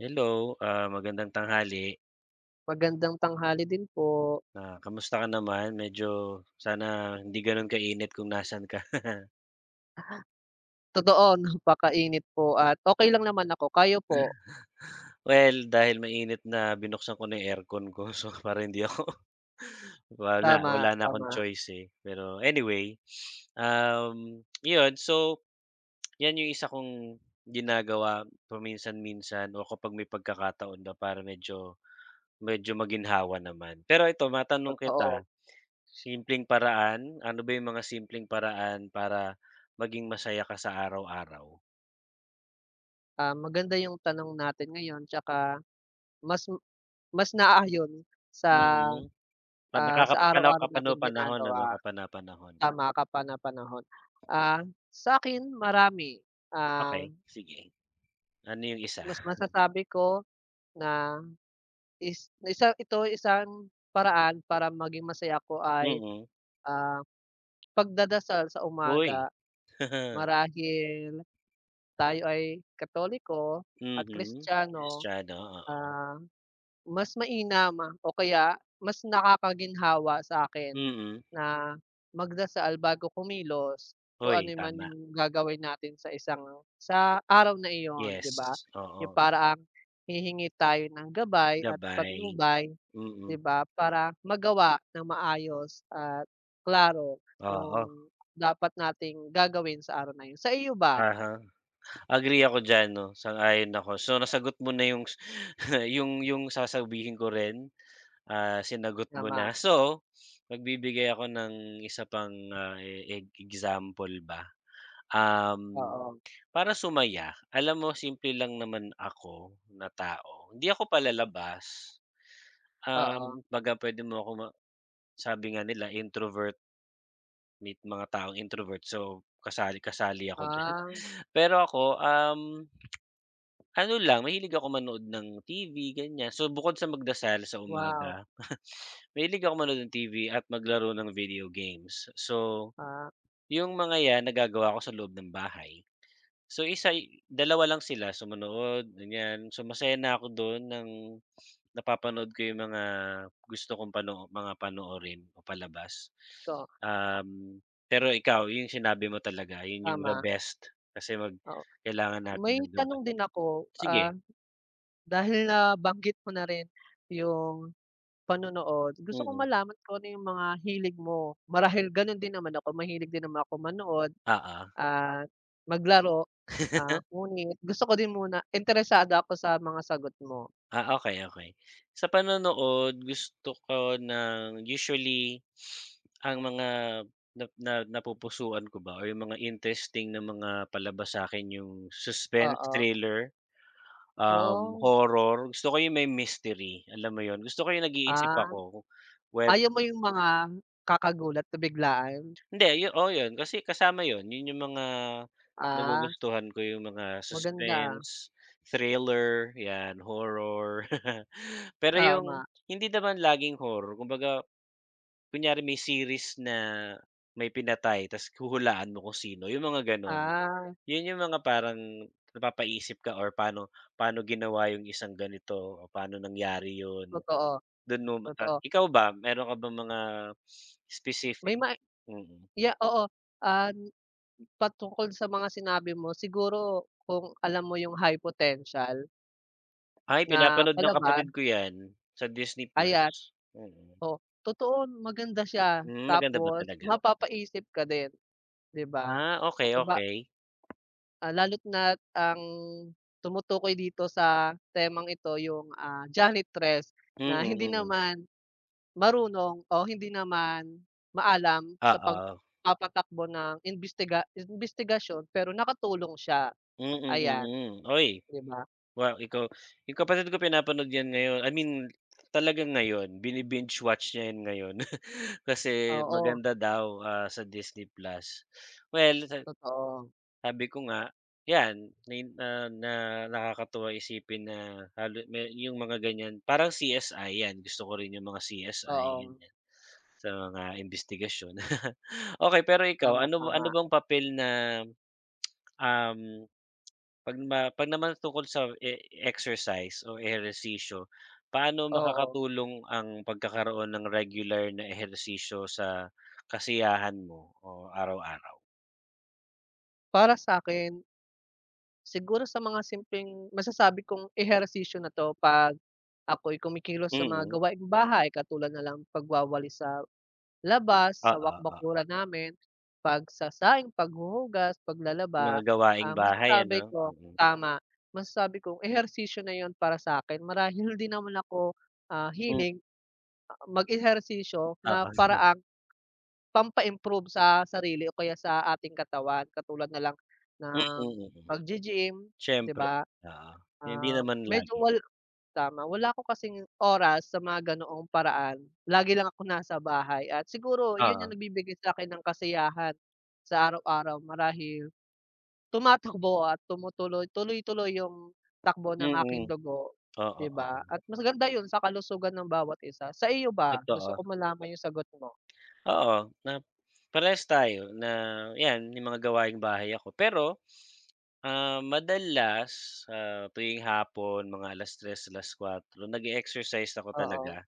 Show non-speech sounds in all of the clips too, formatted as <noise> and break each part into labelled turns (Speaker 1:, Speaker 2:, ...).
Speaker 1: Hello, magandang tanghali.
Speaker 2: Magandang tanghali din po.
Speaker 1: Ah, kamusta ka naman? Medyo sana hindi gano'n kainit kung nasaan ka. <laughs>
Speaker 2: Totoo, <laughs> napakainit po at okey lang naman ako. Kayo po?
Speaker 1: Well, dahil mainit na binuksan ko na yung aircon ko so <laughs> para hindi ako <laughs> wala,
Speaker 2: Tama,
Speaker 1: wala na akong
Speaker 2: tama,
Speaker 1: choice, eh. Pero anyway, 'yun so 'yan yung isa kong ginagawa paminsan-minsan o kapag may pagkakataon na para medyo medyo maginhawa naman. Pero ito matanong
Speaker 2: totoo.
Speaker 1: kita. Simpleng paraan? Ano ba yung mga simpleng paraan para maging masaya ka sa araw-araw?
Speaker 2: Ah, maganda yung tanong natin ngayon tsaka mas mas naaayon sa,
Speaker 1: Mm. Pa
Speaker 2: ah,
Speaker 1: nakaka
Speaker 2: sa
Speaker 1: panaw
Speaker 2: araw-araw nating
Speaker 1: kapano-panahon ano,
Speaker 2: ginagawa.
Speaker 1: kapana-panahon.
Speaker 2: Tama, kapana-panahon. Ah, sa'kin marami. Ah,
Speaker 1: Okey, sige. Ano yung isa?
Speaker 2: mas masasabi ko na isa ito isang paraan para maging masaya ako ay,
Speaker 1: Mm.
Speaker 2: ah, pagdadasal sa umaga.
Speaker 1: Uy. <laughs>
Speaker 2: Marahil tayo ay Katoliko at
Speaker 1: Mhm.
Speaker 2: Kristiyano,
Speaker 1: Kristiyano, oo.
Speaker 2: ah, mas mainam o kaya mas nakakaginhawa sa akin
Speaker 1: Mm.
Speaker 2: na magdasal bago kumilos kung ano
Speaker 1: Uy,
Speaker 2: man
Speaker 1: tama.
Speaker 2: yung gagawin natin sa araw na iyon, 'di ba?
Speaker 1: Yes,
Speaker 2: Yung
Speaker 1: oo.
Speaker 2: paraang hihingi tayo ng gabay at
Speaker 1: Gabay,
Speaker 2: patnubay, 'di
Speaker 1: mm.
Speaker 2: ba, para magawa ng maayos at klaro
Speaker 1: Oo,
Speaker 2: yung dapat nating gagawin sa araw na yun. Sa iyo ba?
Speaker 1: uh-huh. Agree ako diyan 'no, sang-ayon ako. So, nasagot mo na yung <laughs> yung sasabihin ko rin. Ah, sinagot mo
Speaker 2: Tama,
Speaker 1: na. So, magbibigay ako ng isa pang, e eg example ba. Um,
Speaker 2: oo,
Speaker 1: para sumaya, alam mo simple lang naman ako na tao. Hindi ako palalabas,
Speaker 2: oo.
Speaker 1: kumbaga puwede mo ako ma sabi nga nila introvert meet mga taong introvert, so kasali kasali ako diyan.
Speaker 2: Ah,
Speaker 1: <laughs> Pero ako, ano lang, mahilig ako manood ng TV, ganyan. So, bukod sa magdasal sa
Speaker 2: wow,
Speaker 1: umaga, <laughs> mahilig ako manood ng TV at maglaro ng video games. So,
Speaker 2: ah,
Speaker 1: yung mga 'yan nagagawa ko sa loob ng bahay. So, isa dalawa lang sila, so manood, ganyan. So, masaya na ako do'n ng napapanood ko yung mga gusto kong pano mga panoorin o palabas.
Speaker 2: totoo,
Speaker 1: Um, pero ikaw, yung sinabi mo talaga, yun yung the
Speaker 2: tama,
Speaker 1: best kasi mag
Speaker 2: oo.
Speaker 1: kailangan natin
Speaker 2: May
Speaker 1: ng
Speaker 2: tanong
Speaker 1: gabay.
Speaker 2: din ako,
Speaker 1: Sige,
Speaker 2: <laughs> dahil nabanggit mo na rin yung panonood, gusto kong
Speaker 1: mm.
Speaker 2: malaman kung ano yung mga hilig mo. Marahil gano'n din naman ako, mahilig din naman ako manood
Speaker 1: Oo.
Speaker 2: at maglaro,
Speaker 1: <laughs>
Speaker 2: ngunit gusto ko din muna interesado ako sa mga sagot mo,
Speaker 1: Ah, okay okay Sa panonood gusto ko ng usually ang mga na na napupusuan ko ba or yung mga interesting na mga palabas sa akin yung suspense,
Speaker 2: oo.
Speaker 1: thriller,
Speaker 2: Oh,
Speaker 1: horror. Gusto ko yung may mystery, alam mo yon. Gusto ko yung nag-iisip
Speaker 2: ah,
Speaker 1: ako whe
Speaker 2: ayaw mo yung mga kakagulat na biglaan?
Speaker 1: hindi, yu oh yun kasi kasama yon. Yun yung mga
Speaker 2: Ah,
Speaker 1: nagugustuhan ko, yung mga
Speaker 2: maganda.
Speaker 1: suspense, thriller, yan, horror. <laughs> Pero yung
Speaker 2: Tama.
Speaker 1: hindi naman laging horror kumbaga kunyari may series na may pinatay ta's huhulaan mo kung sino, yung mga gano'n.
Speaker 2: Ah,
Speaker 1: Yun yung mga parang napapaisip ka or paano paano ginawa yung isang ganito o paano nangyari yun.
Speaker 2: totoo,
Speaker 1: Dun mo ma- ah,
Speaker 2: totoo.
Speaker 1: ikaw ba meron ka ba mga specific?
Speaker 2: May ma
Speaker 1: Mm.
Speaker 2: ya Oo, ah, patungkol sa mga sinabi mo siguro kung alam mo yung high potential
Speaker 1: Ay
Speaker 2: na
Speaker 1: pinapanood ng
Speaker 2: palabas,
Speaker 1: kapatid ko yan sa Disney Plus.
Speaker 2: ayan,
Speaker 1: Mm.
Speaker 2: oh, totoo maganda siya
Speaker 1: Hmm, maganda ba
Speaker 2: tapos
Speaker 1: talaga?
Speaker 2: mapapaisip ka din, 'di ba?
Speaker 1: Ah, okay
Speaker 2: Saba
Speaker 1: okay
Speaker 2: Lalo't na't ang tumutukoy dito sa temang ito yung, janitress
Speaker 1: Mm,
Speaker 2: na hindi
Speaker 1: mm. Mm.
Speaker 2: naman marunong o hindi naman maalam sa
Speaker 1: Oo.
Speaker 2: pagpapatakbo ng imbestigasyon pero nakatulong siya,
Speaker 1: Mm,
Speaker 2: ayan,
Speaker 1: mm. Uy.
Speaker 2: 'di ba?
Speaker 1: Wow, ikaw yung kapatid ko pinapanood 'yan ngayon, I mean, talagang ngayon, bini-binge watch niya 'yan ngayon <laughs> kasi
Speaker 2: Oo,
Speaker 1: maganda daw, ah, sa Disney Plus. Well, sa
Speaker 2: totoo.
Speaker 1: sabi ko nga, 'yan, nin na na nakakatuwa isipin na halo may yung mga ganiyan, parang CSI 'yan, gusto ko rin yung mga CSI,
Speaker 2: Oo,
Speaker 1: ganiyan, sa mga imbestigasyon. <laughs> Okay pero ikaw,
Speaker 2: tama,
Speaker 1: ano ba ano
Speaker 2: tama,
Speaker 1: bang papel na, um 'pag ma 'pag naman tungkol sa e exercise o ehersisyo, paano
Speaker 2: oo.
Speaker 1: makakatulong ang pagkakaroon ng regular na ehersisyo sa kasiyahan mo o araw-araw?
Speaker 2: Para sa'kin, siguro sa mga simpleng masasabi kong ehersisyo na 'to 'pag ako'y kumikilos sa mga
Speaker 1: Mm,
Speaker 2: gawaing bahay katulad na lang pagwawalis sa labas, sa
Speaker 1: oo, oo.
Speaker 2: wakbakuran namin, pagsasaing, paghuhugas,
Speaker 1: Mga
Speaker 2: paglalaba,
Speaker 1: gawaing
Speaker 2: ah,
Speaker 1: bahay ano?
Speaker 2: masasabi ko
Speaker 1: Mm-mm.
Speaker 2: tama, masasabi kong ehersisyo na yon para sa'kin marahil hindi naman ako,
Speaker 1: Mm, hmm,
Speaker 2: hilig mag-ehersisyo na
Speaker 1: oo.
Speaker 2: paraang pampa-improve sa sarili o kaya sa ating katawan katulad na lang
Speaker 1: Mm,
Speaker 2: ng
Speaker 1: mm.
Speaker 2: paggi-gym, 'di
Speaker 1: Siyempre,
Speaker 2: ba?
Speaker 1: oo. Hindi
Speaker 2: Ah,
Speaker 1: naman
Speaker 2: medyo
Speaker 1: lagi,
Speaker 2: wal Tama, wala ako kasing oras sa mga ganoong paraan, lagi lang ako nasa bahay at siguro yun yung
Speaker 1: oo.
Speaker 2: nagbibigay sa'kin ng kasiyahan sa araw-araw marahil tumatakbo at tumutuloy tuloy-tuloy yung takbo ng aking
Speaker 1: Mm,
Speaker 2: dugo,
Speaker 1: oo,
Speaker 2: 'di
Speaker 1: oo,
Speaker 2: ba?
Speaker 1: oo.
Speaker 2: At mas ganda yun sa kalusugan ng bawat isa. Sa iyo ba? Gusto
Speaker 1: Totoo,
Speaker 2: ko malaman yung sagot mo.
Speaker 1: oo, na parehas tayo na 'yan, yung mga gawaing bahay ako. Pero ah, madalas, ah, tuwing hapon mga 3:00, 4:00 nag-e-exercise ako
Speaker 2: Oo.
Speaker 1: talaga.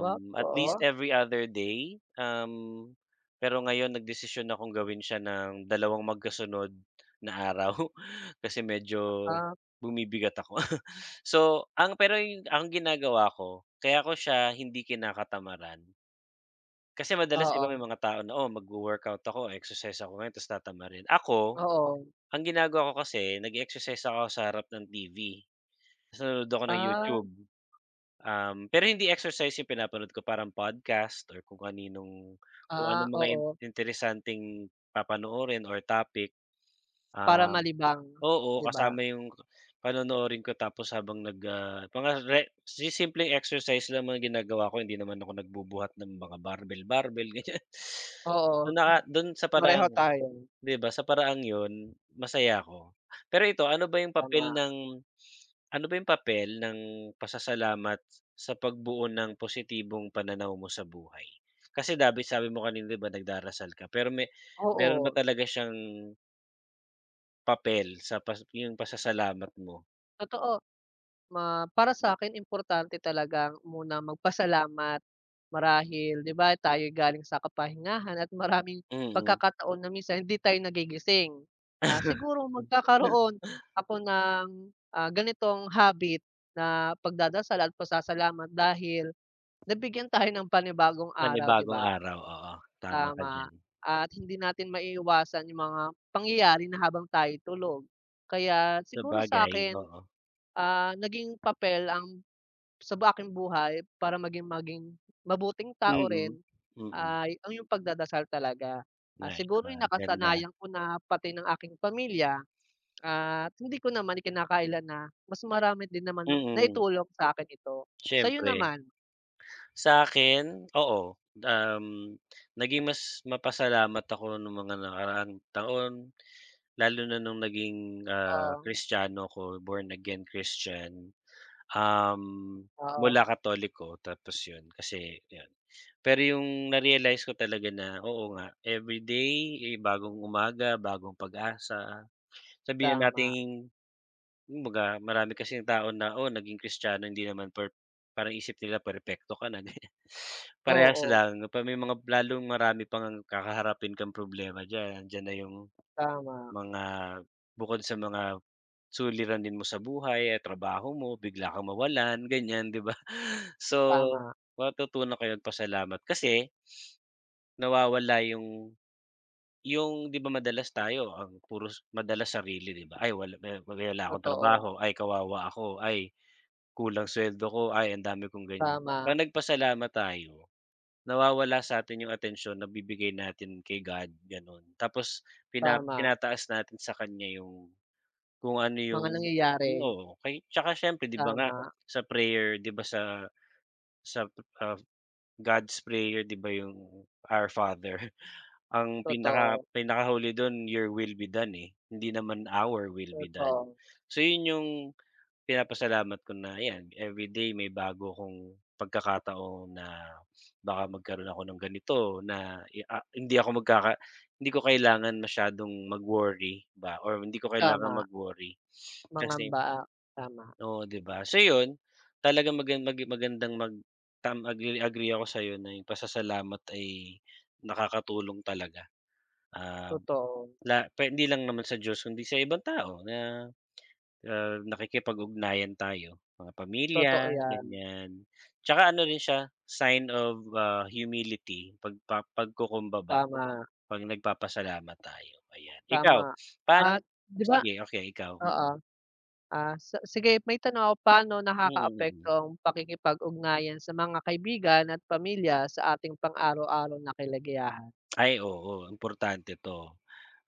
Speaker 2: Ba
Speaker 1: At
Speaker 2: oo,
Speaker 1: least every other day, pero ngayon nagdesisyon akong gawin siya ng dalawang magkasunod na araw <laughs> kasi medyo
Speaker 2: ah,
Speaker 1: bumibigat ako. <laughs> So, ang pero yung ang ginagawa ko, kaya ko siya hindi kinakatamaran, kasi madalas 'di ba
Speaker 2: oo,
Speaker 1: may mga tao na, "Oh, mag workout ako, exercise ako ngayon tapos tatamarin." Ako
Speaker 2: oo,
Speaker 1: ang ginagawa ko kasi nag exercise ako sa harap ng TV, tas nanonood ako ng
Speaker 2: ah,
Speaker 1: YouTube. Pero hindi exercise yung pinapanood ko parang podcast or kung kaninong kung anong mga in
Speaker 2: oo,
Speaker 1: interesanteng papanoorin or topic.
Speaker 2: para
Speaker 1: Um,
Speaker 2: malibang,
Speaker 1: oo,
Speaker 2: 'di ba?
Speaker 1: kasama yung panonoorin ko tapos habang nag, mga re si simpleng exercise lang mga ginagawa ko hindi naman ako nagbubuhat ng mga barbell-barbell <laughs> ganyan.
Speaker 2: Oo,
Speaker 1: So, naka dun sa
Speaker 2: pareho
Speaker 1: parang
Speaker 2: tayo,
Speaker 1: 'di ba, sa paraang 'yun, masaya ako. Pero ito, ano ba yung papel
Speaker 2: tama.
Speaker 1: ng ano ba yung papel ng pasasalamat sa pagbuo ng positibong pananaw mo sa buhay? Kasi dabi sabi mo kanina 'di ba nagdarasal ka, pero me meron ba
Speaker 2: Oo,
Speaker 1: talaga siyang papel sa pas yung pasasalamat mo?
Speaker 2: totoo. Para sa'kin importante talagang muna magpasalamat marahil 'di ba tayo'y galing sa kapahingahan at maraming
Speaker 1: Mm.
Speaker 2: pagkakataon na minsan hindi tayo nagigising. Ah, siguro
Speaker 1: <laughs>
Speaker 2: magkakaroon ako ng, ganitong habit na pagdadasal at pasasalamat dahil nabigyan tayo ng panibagong araw 'di
Speaker 1: Panibagong
Speaker 2: ba?
Speaker 1: araw, oo, tama ka
Speaker 2: Tama,
Speaker 1: diyan.
Speaker 2: at hindi natin maiiwasan yung mga pangyayari na habang tayo'y tulog. Kaya siguro
Speaker 1: Sabagay,
Speaker 2: sa'kin,
Speaker 1: oo.
Speaker 2: Naging papel ang sa aking buhay para maging maging mabuting tao rin
Speaker 1: Mm. Mm.
Speaker 2: ay yung pagdadasal talaga. Ah,
Speaker 1: Ay,
Speaker 2: siguro ay
Speaker 1: ah, ganda.
Speaker 2: nakasanayan ko na pati ng aking pamilya at hindi ko naman ikinakailan na mas marami din naman ang
Speaker 1: Mm,
Speaker 2: naitulong sa akin ito. Sa'yo
Speaker 1: siyempre.
Speaker 2: naman?
Speaker 1: Sa'kin, oo. Um, naging mas mapasalamat ako nung mga nakaraang taon, lalo na nung naging, ah,
Speaker 2: Oo,
Speaker 1: Kristiyano ako, born again Christian. Um, mula
Speaker 2: oo,
Speaker 1: Katoliko tapos yun kasi yun. Pero yung na-realize ko talaga na oo nga, everyday, eh, bagong umaga, bagong pag-asa. Sabihin na
Speaker 2: tama.
Speaker 1: natin kumbaga marami kasing tao na, "Oh, naging Kristiyano hindi naman per" parang isip nila perpekto ka na <laughs> ganyan. Parehas
Speaker 2: Oo,
Speaker 1: lang pa may mga lalong marami pang kakaharapin kang problema diyan. Andiyan na yung
Speaker 2: tama,
Speaker 1: mga bukod sa mga suliranin mo sa buhay at trabaho mo, bigla kang mawalan ganyan, 'di ba? <laughs> So,
Speaker 2: tama,
Speaker 1: matututunan ko yung pasalamat kasi nawawala yung 'di ba madalas tayo ang puro s- madalas sarili, 'di ba? "Ay wala may- wala akong
Speaker 2: totoo,
Speaker 1: trabaho, ay kawawa ako, ay kulang sweldo ko, ay ang dami kong ganyan."
Speaker 2: tama,
Speaker 1: Pag nagpasalamat tayo, nawawala sa atin yung atensyon na bibigay natin kay God, gano'n. Tapos pina
Speaker 2: tama,
Speaker 1: tinataas natin sa kanya yung kung ano
Speaker 2: mga
Speaker 1: yung
Speaker 2: nangyayari,
Speaker 1: oo, kay tsaka siyempre 'di ba nga
Speaker 2: tama,
Speaker 1: sa prayer 'di ba sa, ah, God's prayer 'di ba yung Our Father, <laughs> ang pinaka
Speaker 2: totoo,
Speaker 1: pinakahuli dun, "Your will be done" eh, hindi naman "Our will be done."
Speaker 2: totoo,
Speaker 1: So yun yung pinapasalamat ko na 'yan, everyday may bago kong pagkakataon na baka magkaroon ako ng ganito na i ah, hindi ako magkaka hindi ko kailangan masyadong mag-worry ba or hindi ko kailangan
Speaker 2: tama.
Speaker 1: mag-worry. Kasi
Speaker 2: Mangamba, tama,
Speaker 1: oo, 'di ba? So 'yun, talaga magan mag magandang mag tam agree agree ako sa na yung pasasalamat ay nakakatulong talaga. Ah,
Speaker 2: totoo,
Speaker 1: la pe hindi lang naman sa Diyos kundi sa ibang tao na ah, nakikipag-ugnayan tayo, mga
Speaker 2: totoo
Speaker 1: pamilya,
Speaker 2: 'yan,
Speaker 1: ganyan. Tsaka ano rin siya, sign of, ah, humility, pagpa pagkukumbaba,
Speaker 2: tama,
Speaker 1: 'pag nagpapasalamat tayo, ayan. Ikaw,
Speaker 2: tama.
Speaker 1: paan
Speaker 2: At 'di ba,
Speaker 1: sige, okay, ikaw,
Speaker 2: oo,
Speaker 1: mm.
Speaker 2: ah, sa sige, may tanong ako, paano
Speaker 1: Mm, mm.
Speaker 2: nakakaapekto
Speaker 1: Mm.
Speaker 2: ang pakikipag-ugnayan sa mga kaibigan at pamilya sa ating pang-araw-araw na kalagayahan?
Speaker 1: Ay, oo, importante 'to.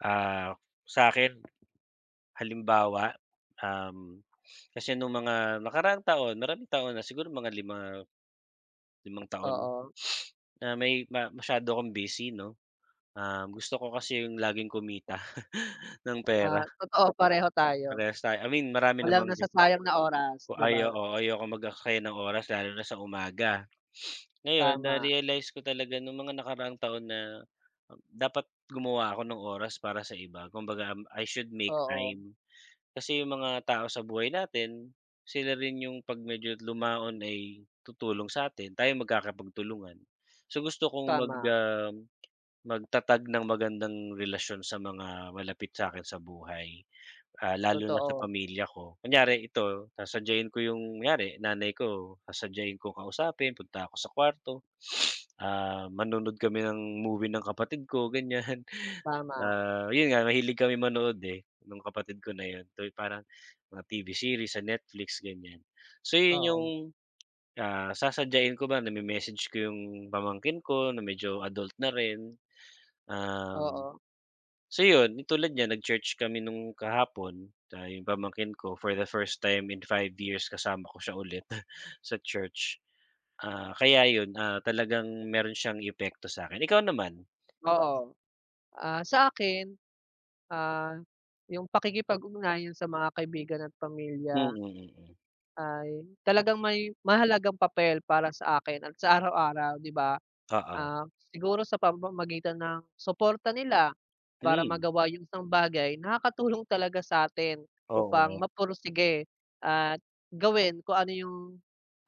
Speaker 1: Ah, sa akin halimbawa, um, kasi nung mga nakaraang taon, maraming taon na, siguro mga lima 5 taon
Speaker 2: Oo,
Speaker 1: na may ma masyado akong busy 'no. Gusto ko kasi yung laging kumita <laughs> ng pera,
Speaker 2: totoo, pareho tayo,
Speaker 1: parehas tayo. I mean marami
Speaker 2: walang
Speaker 1: namang gi
Speaker 2: nasasayang na oras
Speaker 1: ko
Speaker 2: 'di
Speaker 1: ay
Speaker 2: ba?
Speaker 1: oo, ayokong mag-aksaya ng oras lalo na sa umaga. Ngayon
Speaker 2: Tama,
Speaker 1: na-realize ko talaga nung mga nakaraang taon na dapat gumawa ako ng oras para sa iba. Kumbaga, I should make
Speaker 2: oo,
Speaker 1: time. Kasi yung mga tao sa buhay natin, sila rin yung 'pag medyo lumaon ay tutulong sa'tin, tayo magkakapagtulungan. So gusto kong mag,
Speaker 2: tama,
Speaker 1: magtatag ng magandang relasyon sa mga malapit sa akin sa buhay, ah, lalo na sa
Speaker 2: totoo,
Speaker 1: pamilya ko. Kunyari ito, sasadyain ko yung kunyari nanay ko, sasadyain ko kausapin, punta ako sa kwarto, <sniffs> ah, manonood kami ng movie ng kapatid ko ganyan. <laughs>
Speaker 2: tama,
Speaker 1: Ah, yun nga mahilig kami manood, eh, ng kapatid ko na yun, to parang mga TV series sa Netflix ganyan. So yun yung,
Speaker 2: oo,
Speaker 1: ah, sasadyain ko ba nami message ko yung pamangkin ko na medyo adult na rin, um
Speaker 2: oo,
Speaker 1: so yun, yung tulad niyan nag-church kami nung kahapon, ah, yung pamangkin ko for the first time in 5 years kasama ko siya ulit <laughs> sa church. Ah, kaya yun, ah, talagang meron siyang epekto sa akin. Ikaw naman?
Speaker 2: oo. Ah, sa akin, Ah, yung pakikipag-ugnayan sa mga kaibigan at
Speaker 1: Mm,
Speaker 2: pamilya
Speaker 1: mm, mm, mm.
Speaker 2: ay talagang may mahalagang papel para sa akin at sa araw-araw, 'di ba?
Speaker 1: Oo.
Speaker 2: Ah, siguro sa pamamagitan ng suporta nila para
Speaker 1: Hmm,
Speaker 2: magawa yung isang bagay, nakakatulong talaga sa atin
Speaker 1: oo
Speaker 2: upang
Speaker 1: nga.
Speaker 2: mapursige at gawin kung ano yung,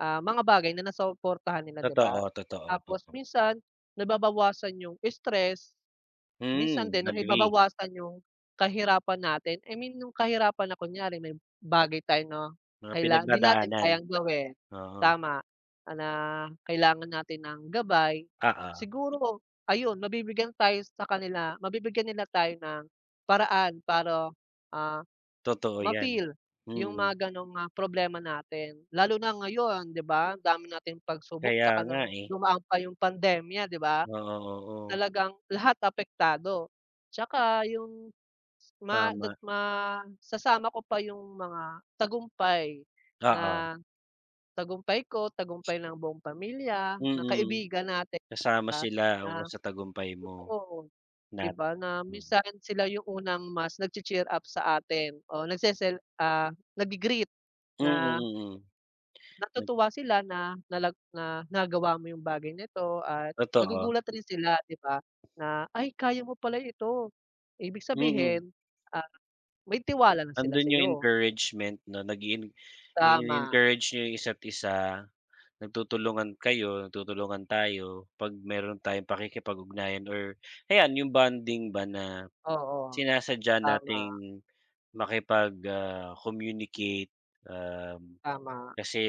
Speaker 2: mga bagay na nasusuportahan nila, 'di
Speaker 1: Totoo,
Speaker 2: ba?
Speaker 1: totoo,
Speaker 2: Tapos
Speaker 1: oo.
Speaker 2: minsan nababawasan yung stress. Minsan
Speaker 1: Hmm,
Speaker 2: din
Speaker 1: agree.
Speaker 2: nababawasan yung kahirapan natin, I mean yung kahirapan na kunyari may bagay tayo na
Speaker 1: Mga
Speaker 2: di natin
Speaker 1: pinagdadaanan,
Speaker 2: kayang gawin,
Speaker 1: oo.
Speaker 2: tama, na kailangan natin ng gabay,
Speaker 1: Oo,
Speaker 2: siguro ayun mabibigyan nila tayo ng paraan para, ah,
Speaker 1: totoo yan.
Speaker 2: ma-feel yung
Speaker 1: Mm,
Speaker 2: mga ganong, problema natin. Lalo na ngayon 'di ba, ang dami nating pagsubok
Speaker 1: kaya
Speaker 2: tsaka
Speaker 1: nga
Speaker 2: ng
Speaker 1: eh.
Speaker 2: dumaan pa yung pandemya 'di ba?
Speaker 1: Oo, oo, oo,
Speaker 2: Talagang lahat apektado. Tsaka yung ma dag
Speaker 1: tama.
Speaker 2: masasama ko pa yung mga tagumpay
Speaker 1: Oo,
Speaker 2: na tagumpay ko, tagumpay ng buong pamilya,
Speaker 1: mm,
Speaker 2: ng
Speaker 1: mm.
Speaker 2: kaibigan natin,
Speaker 1: Kasama
Speaker 2: 'di
Speaker 1: sila, oo,
Speaker 2: na
Speaker 1: sa tagumpay mo
Speaker 2: totoo, 'di
Speaker 1: nat
Speaker 2: ba, na
Speaker 1: mm.
Speaker 2: minsan sila yung unang mas nagche-cheer up sa atin o naggi-greet
Speaker 1: Mm,
Speaker 2: na
Speaker 1: mm. Nag
Speaker 2: natutuwa sila na na nagawa mo yung bagay na ito at
Speaker 1: totoo,
Speaker 2: nagugulat rin sila, 'di ba, na, "Ay kaya mo pala ito." Ibig
Speaker 1: mm.
Speaker 2: sabihin, ah, may tiwala na sila
Speaker 1: Andun yung
Speaker 2: sa'yo.
Speaker 1: encouragement 'no, nag-i-en
Speaker 2: Tama,
Speaker 1: ini-encourage niyo yung isa't isa, nagtutulungan kayo, nagtutulungan tayo 'pag meron tayong pakikipag-ugnayan or ayan yung bonding ba na
Speaker 2: oo,
Speaker 1: sinasadya
Speaker 2: tama,
Speaker 1: nating makipag, ah, communicate, um,
Speaker 2: tama,
Speaker 1: kasi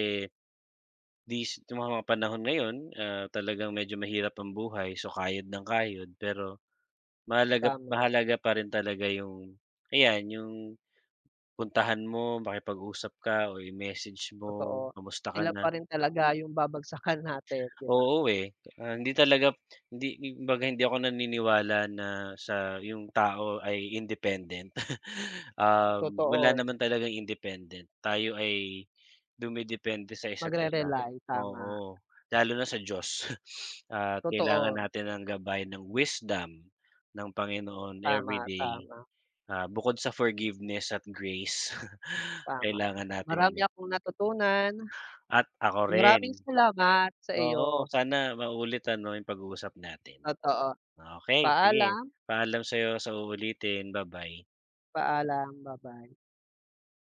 Speaker 1: these yung mga panahon ngayon, ah, talagang medyo mahirap ang buhay, so kayod ng kayod pero Mahalaga
Speaker 2: tama,
Speaker 1: mahalaga pa rin talaga yung ayan, yung puntahan mo, makipag-usap ka o i-message mo,
Speaker 2: totoo.
Speaker 1: kamusta ka
Speaker 2: Sila
Speaker 1: na.
Speaker 2: pa rin talaga yung babagsakan natin, 'di ba?
Speaker 1: Oo, eh, ah, hindi talaga hindi kumbaga hindi ako naniniwala na sa yung tao ay independent. <laughs> Wala
Speaker 2: Totoo,
Speaker 1: naman talagang independent. Tayo ay dumedepende sa isa't isa.
Speaker 2: magre-rely, tama.
Speaker 1: Oo, lalo na sa Diyos. <laughs> At kailangan
Speaker 2: Totoo,
Speaker 1: natin ng gabay ng wisdom ng Panginoon
Speaker 2: tama,
Speaker 1: everyday.
Speaker 2: tama,
Speaker 1: Ah, bukod sa forgiveness at grace, <laughs>
Speaker 2: tama.
Speaker 1: kailangan natin
Speaker 2: Marami
Speaker 1: 'yun
Speaker 2: akong natutunan.
Speaker 1: at ako rin.
Speaker 2: Maraming salamat sa
Speaker 1: Oo,
Speaker 2: iyo.
Speaker 1: sana maulit ano 'yung pag-uusap natin.
Speaker 2: Totoo.
Speaker 1: Okay sige,
Speaker 2: Paalam,
Speaker 1: paalam sa'yo sa uulitin, bye bye.
Speaker 2: paalam, bye bye